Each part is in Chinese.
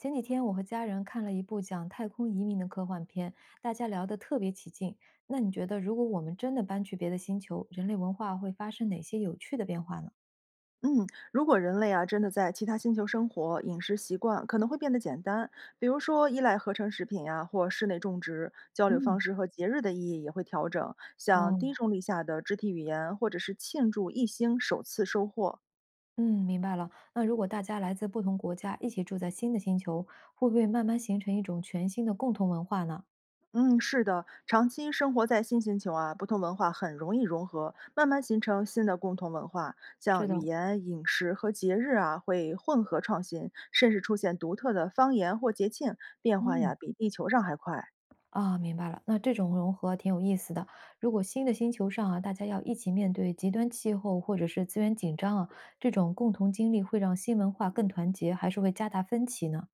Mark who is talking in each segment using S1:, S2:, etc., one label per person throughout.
S1: 前几天我和家人看了一部讲太空移民的科幻片，大家聊得特别起劲。那你觉得，如果我们真的搬去别的星球，人类文化会发生哪些有趣的变化呢？
S2: 嗯，如果人类啊真的在其他星球生活，饮食习惯可能会变得简单，比如说依赖合成食品呀、或室内种植，交流方
S1: 嗯，
S2: 式和节日的意义也会调整，像
S1: 哦，
S2: 低重力下的肢体语言，或者是庆祝一星首次收获。
S1: 嗯，明白了。那如果大家来自不同国家，一起住在新的星球，会不会慢慢形成一种全新的共同文化呢？
S2: 嗯，是的，长期生活在新星球啊，不同文化很容易融合，慢慢形成新的共同文化，
S1: 是
S2: 像语
S1: 的，
S2: 言、饮食和节日啊，会混合创新，甚至出现独特的方言或节庆，变化呀
S1: 嗯。
S2: 比地球上还快。
S1: 啊，明白了，那这种融合挺有意思的。如果新的星球上啊，大家要一起面对极端气候或者是资源紧张啊，这种共同经历会让新文化更团结，还是会加大分歧呢？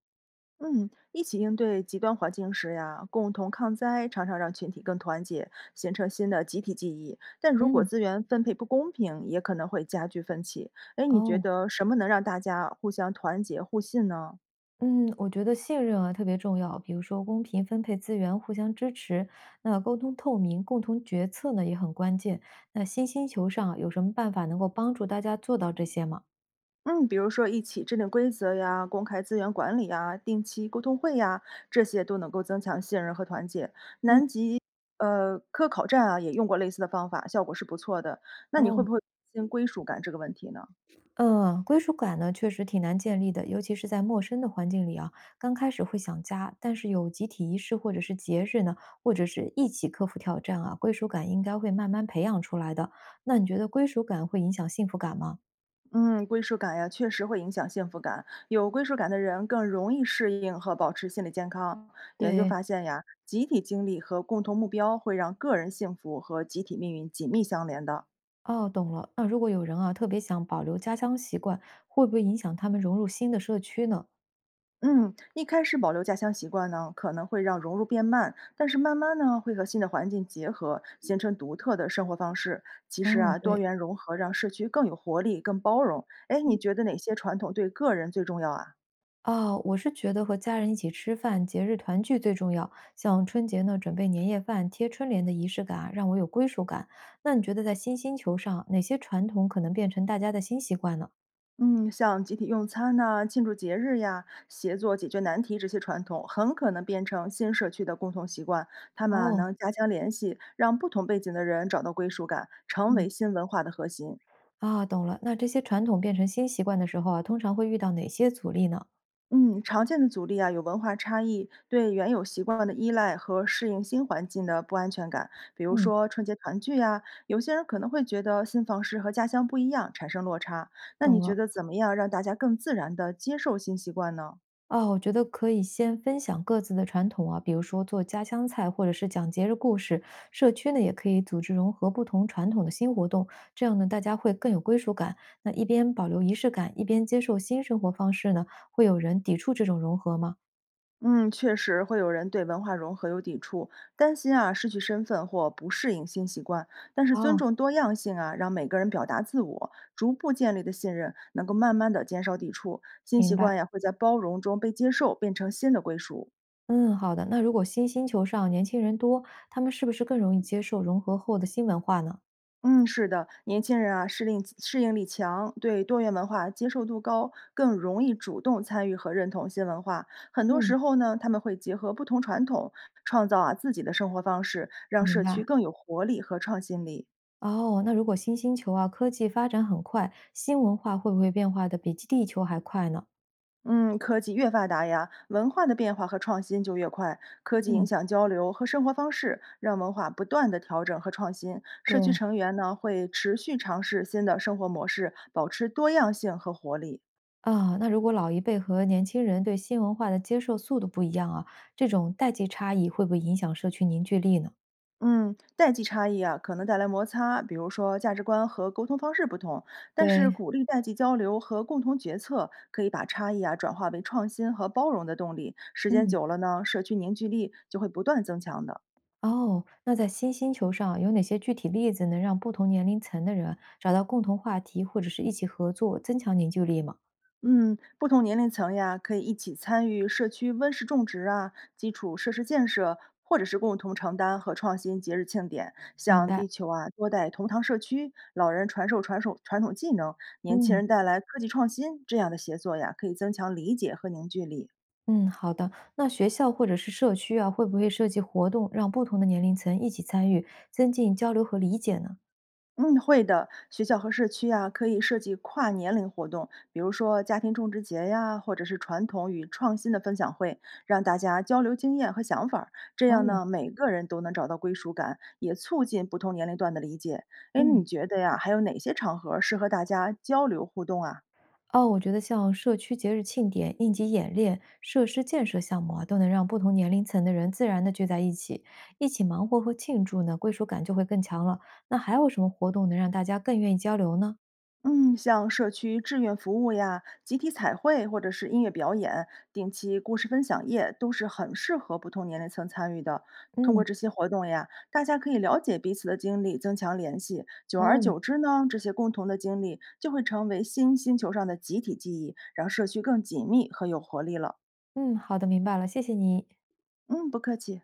S2: 嗯，一起应对极端环境时呀，共同抗灾常常让群体更团结，形成新的集体记忆。但如果
S1: 嗯，
S2: 资源分配不公平，也可能会加剧分歧。哎，你觉
S1: 哦，
S2: 得什么能让大家互相团结互信呢？
S1: 嗯，我觉得信任啊特别重要，比如说公平分配资源，互相支持，那沟通透明，共同决策呢也很关键。那新星球上啊有什么办法能够帮助大家做到这些吗？
S2: 嗯，比如说一起制定规则呀，公开资源管理呀，定期沟通会呀，这些都能够增强信任和团结。
S1: 嗯。
S2: 南极科考站啊，也用过类似的方法，效果是不错的。那你会
S1: 哦，
S2: 不会担心归属感这个问题呢？
S1: 嗯，归属感呢，确实挺难建立的，尤其是在陌生的环境里啊。刚开始会想家，但是有集体仪式或者是节日呢，或者是一起克服挑战啊，归属感应该会慢慢培养出来的。那你觉得归属感会影响幸福感吗？
S2: 嗯，归属感呀，确实会影响幸福感。有归属感的人更容易适应和保持心理健康。研究
S1: 对，
S2: 发现呀，集体经历和共同目标会让个人幸福和集体命运紧密相连的。
S1: 哦，懂了。那如果有人啊，特别想保留家乡习惯，会不会影响他们融入新的社区呢？
S2: 嗯，一开始保留家乡习惯呢，可能会让融入变慢，但是慢慢呢，会和新的环境结合，形成独特的生活方式。其实
S1: 哦，
S2: 啊，多
S1: 对，
S2: 元融合让社区更有活力、更包容。哎，你觉得哪些传统对个人最重要啊？
S1: 哦，我是觉得和家人一起吃饭、节日团聚最重要。像春节呢，准备年夜饭、贴春联的仪式感啊，让我有归属感。那你觉得在新星球上，哪些传统可能变成大家的新习惯呢？
S2: 嗯，像集体用餐呐、庆祝节日呀、协作解决难题这些传统，很可能变成新社区的共同习惯。他们啊，
S1: 哦，
S2: 能加强联系，让不同背景的人找到归属感，成为
S1: 嗯，
S2: 新文化的核心。
S1: 啊，懂了。那这些传统变成新习惯的时候啊，通常会遇到哪些阻力呢？
S2: 嗯，常见的阻力啊，有文化差异、对原有习惯的依赖和适应新环境的不安全感。比如
S1: 嗯，
S2: 说春节团聚呀、有些人可能会觉得新方式和家乡不一样，产生落差。那
S1: 懂
S2: 你觉
S1: 了。
S2: 得怎么样让大家更自然地接受新习惯呢？
S1: 哦，我觉得可以先分享各自的传统啊，比如说做家乡菜，或者是讲节日故事。社区呢，也可以组织融合不同传统的新活动，这样呢，大家会更有归属感。那一边保留仪式感，一边接受新生活方式呢，会有人抵触这种融合吗？
S2: 嗯，确实会有人对文化融合有抵触，担心啊失去身份或不适应新习惯。但是尊
S1: 哦，
S2: 重多样性啊，让每个人表达自我，逐步建立的信任，能够慢慢的减少抵触，新
S1: 明
S2: 习惯
S1: 白。
S2: 呀会在包容中被接受，变成新的归属。
S1: 嗯，好的。那如果新星球上年轻人多，他们是不是更容易接受融合后的新文化呢？
S2: 嗯，是的，年轻人啊，适应力强，对多元文化接受度高，更容易主动参与和认同新文化。很多时
S1: 嗯，
S2: 候呢，他们会结合不同传统，创造啊自己的生活方式，让社
S1: 明
S2: 区
S1: 白。
S2: 更有活力和创新力。
S1: 哦，那如果新星球啊，科技发展很快，新文化会不会变化的比地球还快呢？
S2: 嗯，科技越发达呀，文化的变化和创新就越快。科技影
S1: 嗯，
S2: 响交流和生活方式，让文化不断的调整和创新。社区
S1: 对，
S2: 成员呢，会持续尝试新的生活模式，保持多样性和活力。
S1: 啊，那如果老一辈和年轻人对新文化的接受速度不一样啊，这种代际差异会不会影响社区凝聚力呢？
S2: 嗯，代际差异啊，可能带来摩擦，比如说价值观和沟通方式不同。但是
S1: 对，
S2: 鼓励代际交流和共同决策，可以把差异啊转化为创新和包容的动力。时间
S1: 嗯，
S2: 久了呢，社区凝聚力就会不断增强的。
S1: 哦，那在新星球上有哪些具体例子能让不同年龄层的人找到共同话题，或者是一起合作，增强凝聚力吗？
S2: 嗯，不同年龄层呀，可以一起参与社区温室种植啊、基础设施建设，或者是共同承担和创新节日庆典。
S1: 明
S2: 像地
S1: 白，
S2: 球啊，多代同堂社区，老人传授传统技能，年轻
S1: 嗯
S2: 人带来科技创新，这样的协作呀，可以增强理解和凝聚力。
S1: 嗯，好的。那学校或者是社区啊，会不会设计活动，让不同的年龄层一起参与，增进交流和理解呢？
S2: 嗯，会的。学校和社区呀，可以设计跨年龄活动，比如说家庭种植节呀，或者是传统与创新的分享会，让大家交流经验和想法儿，这样
S1: 哦，
S2: 呢，每个人都能找到归属感，也促进不同年龄段的理解。哎，你
S1: 嗯。
S2: 觉得呀，还有哪些场合适合大家交流互动啊？
S1: 哦，我觉得像社区节日庆典、应急演练、设施建设项目啊，都能让不同年龄层的人自然的聚在一起，一起忙活和庆祝呢，归属感就会更强了。那还有什么活动能让大家更愿意交流呢？
S2: 嗯，像社区志愿服务呀、集体彩绘或者是音乐表演、定期故事分享夜，都是很适合不同年龄层参与的。通过
S1: 嗯，
S2: 这些活动呀，大家可以了解彼此的经历，增强联系。久而
S1: 哦，
S2: 久之呢，这些共同的经历就会成为新星球上的集体记忆，让社区更紧密和有活力了。
S1: 嗯，好的，明白了，谢谢你。
S2: 嗯，不客气。